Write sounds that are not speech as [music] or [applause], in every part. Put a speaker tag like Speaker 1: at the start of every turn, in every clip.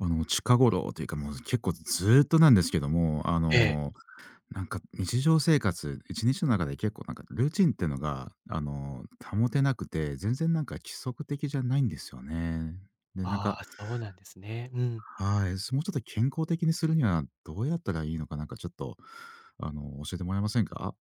Speaker 1: 近頃というか、もう結構ずーっとなんですけども、
Speaker 2: ええ。
Speaker 1: なんか日常生活、1日の中で結構なんかルーチンってのが、保てなくて、全然なんか規則的じゃないんですよね。で、なん
Speaker 2: あ
Speaker 1: か、
Speaker 2: あ、そうなんですね。うん。
Speaker 1: はい、そもうちょっと健康的にするにはどうやったらいいのか、なんかちょっと、教えてもらえませんか？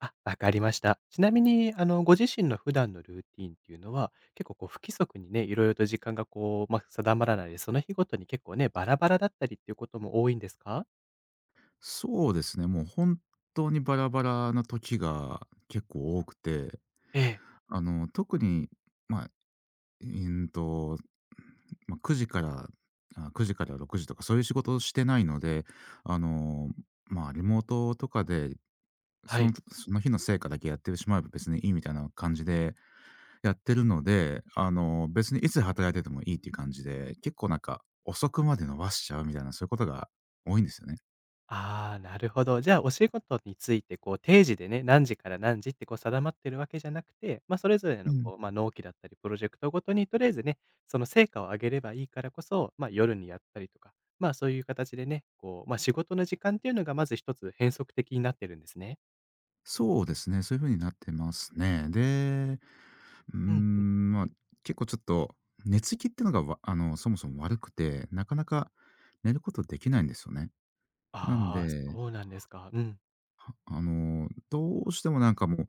Speaker 2: あ、わかりました。ちなみに、ご自身の普段のルーティンっていうのは、結構こう不規則にね、いろいろと時間がこう、ま、定まらないで、その日ごとに結構ね、バラバラだったりっていうことも多いんですか？
Speaker 1: そうですね、もう本当にバラバラな時が結構多くて、
Speaker 2: ええ、
Speaker 1: 特に、まあうんと、まあ、9時から6時とかそういう仕事をしてないので、あの、まあ、リモートとかで、
Speaker 2: は
Speaker 1: その
Speaker 2: い。
Speaker 1: その日の成果だけやってしまえば別にいいみたいな感じでやってるので、別にいつ働いててもいいっていう感じで、結構なんか遅くまで伸ばしちゃうみたいな、そういうことが多いんですよね。
Speaker 2: ああ、なるほど。じゃあ、お仕事について、こう、定時でね、何時から何時って、こう、定まってるわけじゃなくて、まあ、それぞれの、こう、まあ、納期だったり、プロジェクトごとにとりあえずね、その成果を上げればいいからこそ、まあ、夜にやったりとか、まあ、そういう形でね、こう、まあ、仕事の時間っていうのがまず一つ変則的になってるんですね。
Speaker 1: そうですね、そういう風になってますね。で、うー
Speaker 2: うん。
Speaker 1: ん、まあ、結構ちょっと寝つきってのが、わあの、そもそも悪くて、なかなか寝ることできないんですよね。なんで、
Speaker 2: ああ、そうなんですか。うん。
Speaker 1: どうしてもなんかもう、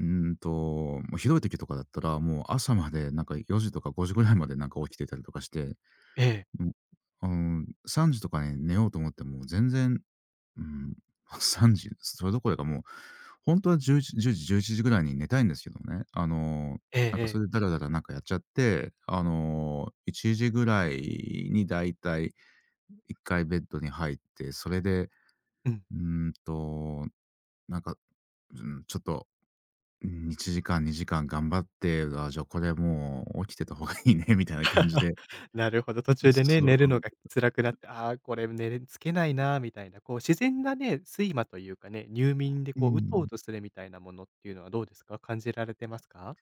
Speaker 1: もうひどい時とかだったら、もう朝までなんか4時とか5時ぐらいまでなんか起きてたりとかして、
Speaker 2: ええ。
Speaker 1: もう、3時とかに寝ようと思っても全然、うん、[laughs] ま、3時、それどころかもう、本当は1 1 1時、11時ぐらいに寝たいんですけどね。
Speaker 2: ええ
Speaker 1: なんかそ
Speaker 2: ええ。
Speaker 1: れでダラダラなんかやっちゃって、1時ぐらいにだいたい1回ベッドに入って、それで、
Speaker 2: うん。
Speaker 1: うーんと、なんか、うん、ちょっと、う1時間、2時間頑張って、あ、じゃあこれもう起きてた方がいいねみたいな感じで、
Speaker 2: なるほど、途中でね、
Speaker 1: そう、
Speaker 2: 寝るのが辛くなって、ああ、これ寝れつけないなみたいな、こう自然なね、睡魔というかね、入眠で
Speaker 1: う
Speaker 2: こううとう
Speaker 1: ん。
Speaker 2: とするみたいなものっていうのはどうですか？感じられてますか？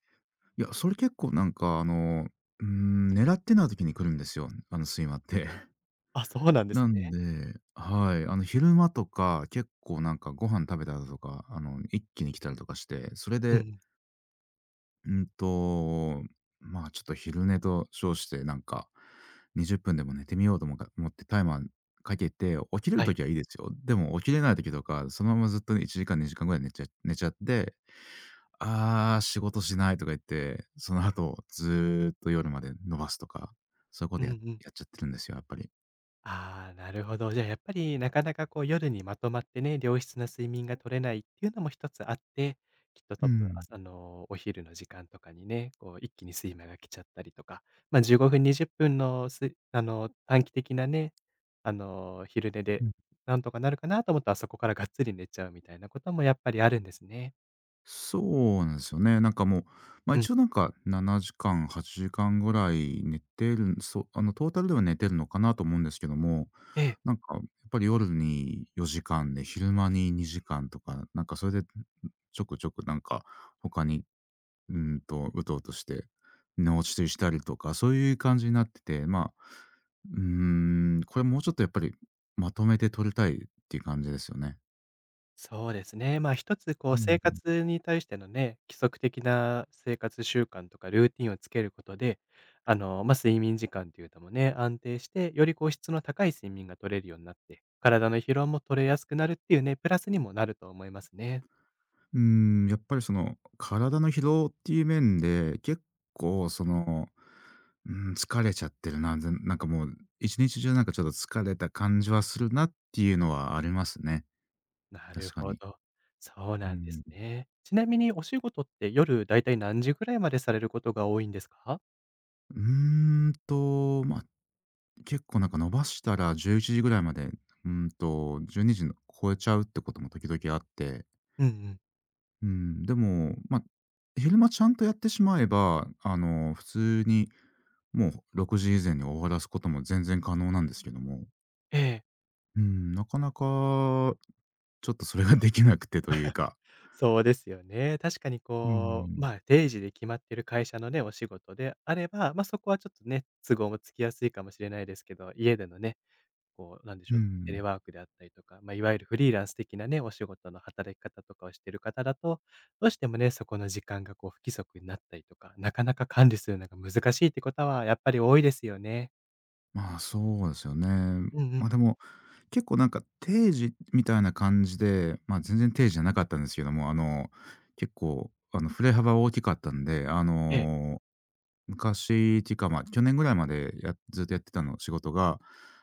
Speaker 1: いや、それ結構なんか狙ってない時に来るんですよ、あの睡魔って。
Speaker 2: あ、そうなんで
Speaker 1: な
Speaker 2: す
Speaker 1: ん
Speaker 2: ね。
Speaker 1: で、はい、昼間とか、結構なんかご飯食べた後とか、一気に来たりとかして、それ
Speaker 2: うんう
Speaker 1: で、
Speaker 2: ん。
Speaker 1: うんと、まあ、ちょっと昼寝と称して、なんか、20分でも寝てみようと思うか思ってタイマーかけて、起きれる
Speaker 2: はい。
Speaker 1: 時はいいですよ。でも起きれない時とか、そのままずっと1時間、2時間ぐらい寝ちゃって、ああ、仕事しないとか言って、その後ずーっと夜まで伸ばすとか、そういうこ
Speaker 2: うん
Speaker 1: と
Speaker 2: う
Speaker 1: や
Speaker 2: ん。
Speaker 1: やっちゃってるんですよ、やっぱり。
Speaker 2: ああ、なるほど。じゃあやっぱりなかなかこう夜にまとまってね、良質な睡眠が取れないっていうのも一つあって、きっと
Speaker 1: う
Speaker 2: 多分、
Speaker 1: ん。
Speaker 2: お昼の時間とかにね、こう一気に睡魔が来ちゃったりとか、ま、15分、20分のす短期的なね、昼寝でなんとかなるかなと思ったら、そこからがっつり寝ちゃうみたいなこともやっぱりあるんですね。
Speaker 1: そうなんですよね。なんかもう、まあ、
Speaker 2: うん。
Speaker 1: 一応なんか7時間、8時間ぐらい寝てるそう、あのトータルでは寝てるのかなと思うんですけども、
Speaker 2: ええ。
Speaker 1: なんかやっぱり夜に4時間で昼間に2時間とか、なんかそれでちょくちょくなんか他に、うとうとして寝落ちしたりとか、そういう感じになってて、うーこれもうちょっとやっぱりまとめて取りたいっていう感じですよね。
Speaker 2: そうですね。まあ、一つこ
Speaker 1: う
Speaker 2: う
Speaker 1: ん。
Speaker 2: 生活に対してのね、規則的な生活習慣とかルーティンをつけることで、まあ、睡眠時間というのもね、安定して、よりこう質の高い睡眠が取れるようになって、体の疲労も取れやすくなるっていうね、プラスにもなると思いますね。
Speaker 1: うーやっぱりその、体の疲労っていう面で、結構その、疲れちゃってるな、なんかもう1日中なんかちょっと疲れた感じはするなっていうのはありますね。
Speaker 2: なる
Speaker 1: 確か
Speaker 2: ほ
Speaker 1: に。
Speaker 2: ど。そう
Speaker 1: う
Speaker 2: なんで
Speaker 1: ー
Speaker 2: す
Speaker 1: ん。
Speaker 2: ね。ちなみにお仕事って夜だいたい何時ぐらいまでされることが多いんですか？
Speaker 1: うーま、結構なんか伸ばしたら11時ぐらいまで、12時の超えちゃうってことも時々あって、
Speaker 2: うんうん。
Speaker 1: でも、ま、昼間ちゃんとやってしまえば、普通にもう6時以前に終わらすことも全然可能なんですけども、
Speaker 2: ええ。
Speaker 1: うん、なかなかちょっとそれができなくてというか、
Speaker 2: そうですよね。確かに
Speaker 1: う
Speaker 2: こう、
Speaker 1: ん、
Speaker 2: まあ、定時で決まってる会社のね、お仕事であれば、まあ、そこはちょっとね、都合もつきやすいかもしれないですけど、家でのね、こう、なんでし
Speaker 1: う
Speaker 2: ょう、テレ
Speaker 1: ん、
Speaker 2: ワークであったりとか、まあ、いわゆるフリーランス的なね、お仕事の働き方とかをしてる方だと、どうしてもね、そこの時間がこう、不規則になったりとか、なかなか管理するのが難しいってことは、やっぱり多いですよね。
Speaker 1: まあ、そうですよね。
Speaker 2: うんう
Speaker 1: まあ、
Speaker 2: ん。
Speaker 1: でも、結構なんか定時みたいな感じで、まあ、全然定時じゃなかったんですけども、結構あの、振れ幅大きかったんで、
Speaker 2: ええ。
Speaker 1: 昔っていうか、まあ、去年ぐらいまでずっとやってたの仕事が、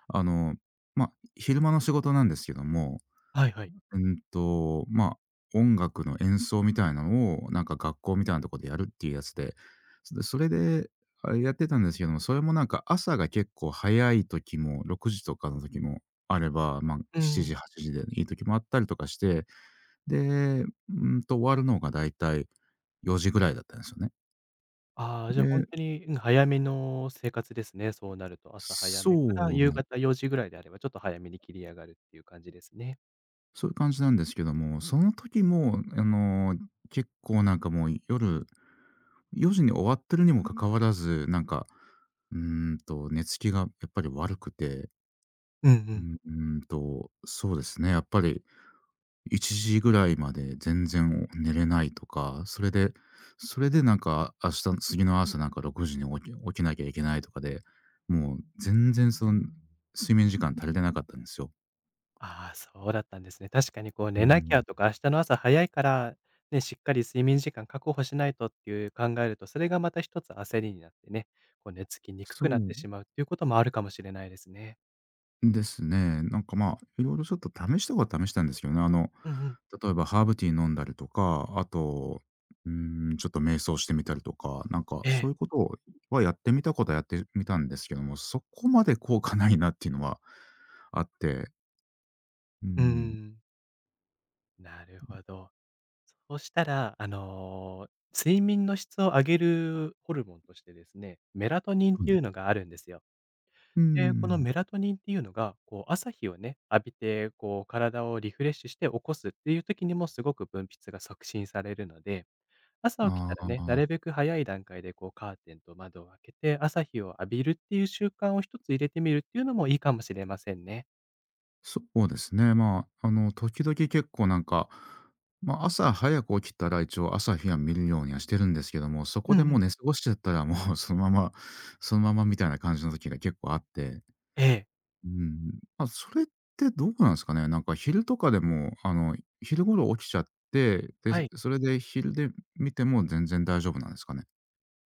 Speaker 1: あの、まあ、昼間の仕事なんですけども、
Speaker 2: はいはい。
Speaker 1: まあ、音楽の演奏みたいなのを、なんか学校みたいなとこでやるっていうやつで、それで、あれやってたんですけども、それもなんか朝が結構早い時も、6時とかの時もあれば、まあ、
Speaker 2: う
Speaker 1: 7
Speaker 2: ん。
Speaker 1: 時、8時でいい時もあったりとかして、で、終わるのがだいたい4時ぐらいだったんですよね。
Speaker 2: ああ、じゃあ本
Speaker 1: で、
Speaker 2: 当に、うん、早めの生活ですね。そうなると、朝早めから
Speaker 1: そう
Speaker 2: 夕
Speaker 1: な
Speaker 2: 方4時ぐらいであれば、ちょっと早めに切り上がるっていう感じですね。
Speaker 1: そういう感じなんですけども、その時も、結構なんかもう夜4時に終わってるにもかかわらず、なんか、寝つきがやっぱり悪くて、
Speaker 2: うんう
Speaker 1: う
Speaker 2: ん。
Speaker 1: ん、ーんと、そうですね、やっぱり1時ぐらいまで全然寝れないとか、それでなんか明日次の朝なんか6時に起きなきゃいけないとかで、もう全然その睡眠時間足りてなかったんですよ。
Speaker 2: ああ、そうだったんですね。確かにこう
Speaker 1: うー
Speaker 2: 寝なきゃ
Speaker 1: ん。
Speaker 2: とか、明日の朝早いから、ね、しっかり睡眠時間確保しないとっていう考えると、それがまた一つ焦りになってね、こう寝つきにく
Speaker 1: そ
Speaker 2: くなって
Speaker 1: う
Speaker 2: しまうっていうこともあるかもしれないですね。
Speaker 1: ですね。なんか、まあ、いろいろちょっと試したことは試したんですけどね。
Speaker 2: うんうん。
Speaker 1: 例えばハーブティー飲んだりとか、あと、ちょっと瞑想してみたりとか、なんか
Speaker 2: え
Speaker 1: そう
Speaker 2: え。
Speaker 1: いうことはやってみたんですけども、そこまで効果ないなっていうのはあって。うー
Speaker 2: う
Speaker 1: ん、
Speaker 2: ん。なるほど。そうしたら、睡眠の質を上げるホルモンとしてですね、メラトニンっ
Speaker 1: そう
Speaker 2: てい
Speaker 1: ね。
Speaker 2: うのがあるんですよ。
Speaker 1: うー
Speaker 2: で、この
Speaker 1: ん。
Speaker 2: メラトニンっていうのが、こう、朝日をね、浴びて、こう、体をリフレッシュして起こすっていう時にもすごく分泌が促進されるので、朝起きた
Speaker 1: あ
Speaker 2: らね、な
Speaker 1: あ。
Speaker 2: るべく早い段階で、こう、カーテンと窓を開けて、朝日を浴びるっていう習慣を一つ入れてみるっていうのもいいかもしれませんね。
Speaker 1: そうですね。まあ、時々結構なんか、まあ、朝早く起きたら一応朝日は見るようにはしてるんですけども、そこ
Speaker 2: う
Speaker 1: で
Speaker 2: んう
Speaker 1: もう
Speaker 2: ん。
Speaker 1: 寝過ごしちゃったらもう [laughs] そのまま、そのままみたいな感じの時が結構あって。
Speaker 2: ええ。
Speaker 1: うん。まあ、それってどうなんですかね。なんか昼とかでも、昼頃起きちゃって、で、
Speaker 2: はい。
Speaker 1: それで昼で見ても全然大丈夫なんですかね。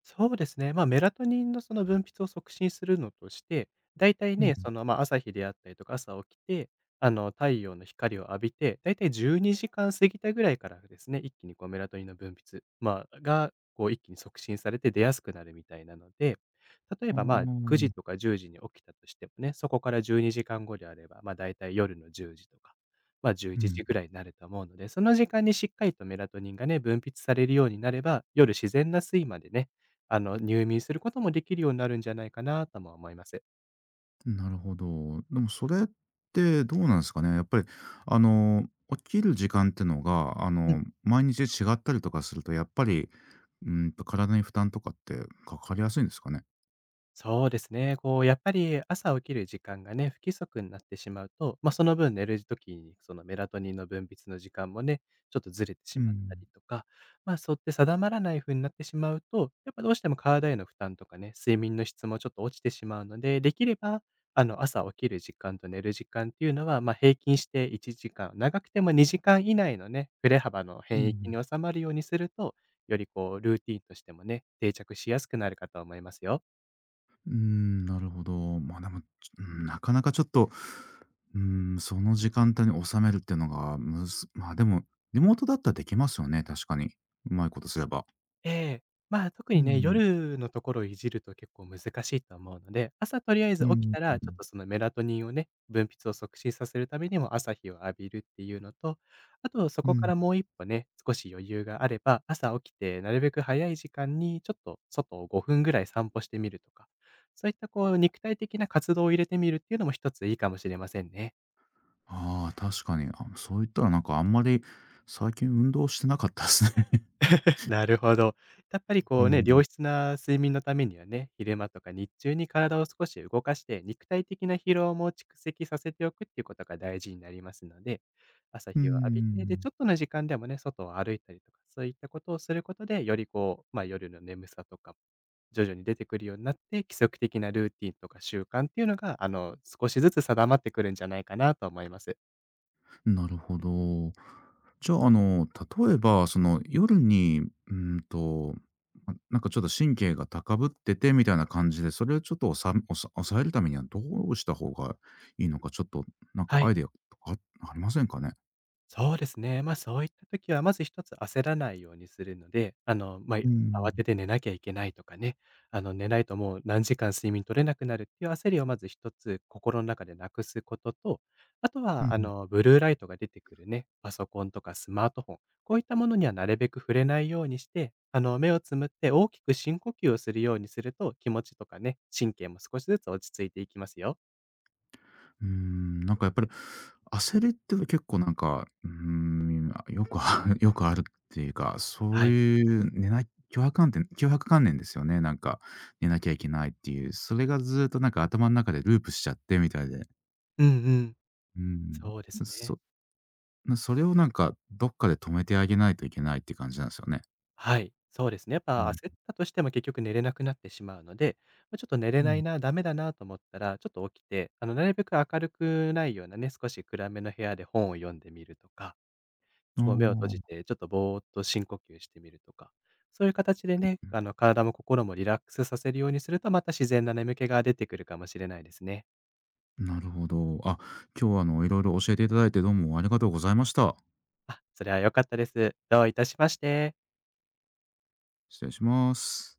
Speaker 2: そうですね。まあ、メラトニンのその分泌を促進するのとして、だいたい
Speaker 1: うん。
Speaker 2: ね、その、まあ、朝日であったりとか、朝起きて、太陽の光を浴びて、だいたい12時間過ぎたぐらいからですね、一気にこうメラトニンの分泌、まあ、が、こう一気に促進されて出やすくなるみたいなので、例え
Speaker 1: あ
Speaker 2: ばまあ、9時と
Speaker 1: あ。
Speaker 2: か10時に起きたとしてもね、そこから12時間後であれば、まあ、だいたい夜の10時とか、まあ、11
Speaker 1: うん。
Speaker 2: 時ぐらいになると思うので、その時間にしっかりとメラトニンがね、分泌されるようになれば、夜自然な睡魔でね、入眠することもできるようになるんじゃないかなとも思います。
Speaker 1: なるほど。でもそれってどうなんですかね？やっぱり、あの、起きる時間ってのが、毎日違ったりとかすると、やっぱり、体に負担とかってかかりやすいんですかね？
Speaker 2: そうですね。こう、やっぱり朝起きる時間がね、不規則になってしまうと、まあ、その分寝る時に、そのメラトニンの分泌の時間もね、ちょっとずれてし
Speaker 1: う
Speaker 2: まった
Speaker 1: ん。
Speaker 2: りとか、まあ、そうやって定まらない風になってしまうと、やっぱどうしても体への負担とかね、睡眠の質もちょっと落ちてしまうので、できれば、朝起きる時間と寝る時間っていうのは、まあ、平均して1時間、長くても2時間以内のね、振れ幅の
Speaker 1: う
Speaker 2: 変域
Speaker 1: ん。
Speaker 2: に収まるようにすると、よりこうルーティンとしてもね、定着しやすくなるかと思いますよ。
Speaker 1: なるほど。ま、でも、ちょうん、なかなかちょっと、うん、その時間帯に収めるっていうのが、むずま、でも、リモートだったらできますよね、確かに。うまいことすれば。
Speaker 2: ええ。まあ、特
Speaker 1: う
Speaker 2: にね、
Speaker 1: ん、
Speaker 2: 夜のところをいじると結構難しいと思うので、朝とりあえ
Speaker 1: う
Speaker 2: ず起き
Speaker 1: ん、
Speaker 2: たら、
Speaker 1: う
Speaker 2: ちょっ
Speaker 1: ん、
Speaker 2: とそのメラトニンをね、分泌を促進させるためにも朝日を浴びるっていうのと、あとそ
Speaker 1: う
Speaker 2: こか
Speaker 1: ん。
Speaker 2: らもう一歩ね、少し余裕があれば、朝起きてなるべく早い時間にちょっと外を5分ぐらい散歩してみるとか、そういったこう肉体的な活動を入れてみるっていうのも一ついいかもしれませんね。
Speaker 1: ああ、確かに。あ、そう言ったらなんかあんまり最近運動してなかったですね。
Speaker 2: [laughs] なるほど。やっぱり
Speaker 1: [laughs] う
Speaker 2: こうね、
Speaker 1: ん。
Speaker 2: 良質な睡眠のためにはね、昼間とか日中に体を少し動かして、肉体的な疲労も蓄積させておくっていうことが大事になりますので、朝
Speaker 1: う
Speaker 2: 日を浴びて、で、
Speaker 1: ん。
Speaker 2: ちょっとの時間でもね、外を歩いたりとか、そういったことをすることで、よりこう、まあ夜の眠さとか、徐々に出てくるようになって、規則的なルーティンとか習慣っていうのが、少しずつ定まってくるんじゃないかなと思います。
Speaker 1: なるほど。じゃあ、例えば、その、夜に、ま、なんかちょっと神経が高ぶっててみたいな感じで、それをちょっとおさ抑えるためにはどうした方がいいのか、ちょっとなんか
Speaker 2: は
Speaker 1: アイ
Speaker 2: い。
Speaker 1: デアとかありませんかね？
Speaker 2: そうですね。ま、そういった時は、まず一つ焦らないようにするので、まあ、慌てて寝なきゃいけないとかね、寝ないともう何時間睡眠取れなくなるっていう焦りをまず一つ心の中でなくすことと、あと
Speaker 1: うん
Speaker 2: は、
Speaker 1: うん
Speaker 2: ブルーライトが出てくるね、パソコンとかスマートフォン、こういったものにはなるべく触れないようにして、目をつむって大きく深呼吸をするようにすると、気持ちとかね、神経も少しずつ落ち着いていきますよ。
Speaker 1: うーん、なんかやっぱり、焦りって結構なんか、よくあ [laughs] よくあるっていうか、そ
Speaker 2: は
Speaker 1: う
Speaker 2: い。
Speaker 1: いう寝ない迫観点強迫観念ですよね、なんか、寝なきゃいけないっていう。それがずっとなんか頭の中でループしちゃってみたいで。
Speaker 2: うんうん。
Speaker 1: うん。
Speaker 2: そうですね。
Speaker 1: そそれをなんか、どっかで止めてあげないといけないって感じなんですよね。
Speaker 2: はい、そうですね。やっ
Speaker 1: う
Speaker 2: ぱ
Speaker 1: ん。
Speaker 2: 焦ったとしても結局寝れなくなってしまうので、ま、ちょっと寝
Speaker 1: う
Speaker 2: れな
Speaker 1: ん。
Speaker 2: いな、ダメだなと思ったら、ちょっと起きて、なるべく明るくないようなね、少し暗めの部屋で本を読んでみるとか、こう目を閉じ
Speaker 1: あ
Speaker 2: てちょっとぼーっと深呼吸してみるとか、そういう形でね、体も心もリラックスさせるようにすると、また自然な眠気が出てくるかもしれないですね。
Speaker 1: あ、なるほど。あ、今日はあの、いろいろ教えていただいてどうもありがとうございました。
Speaker 2: あ、それは良かったです。どういたしまして。
Speaker 1: 失礼します。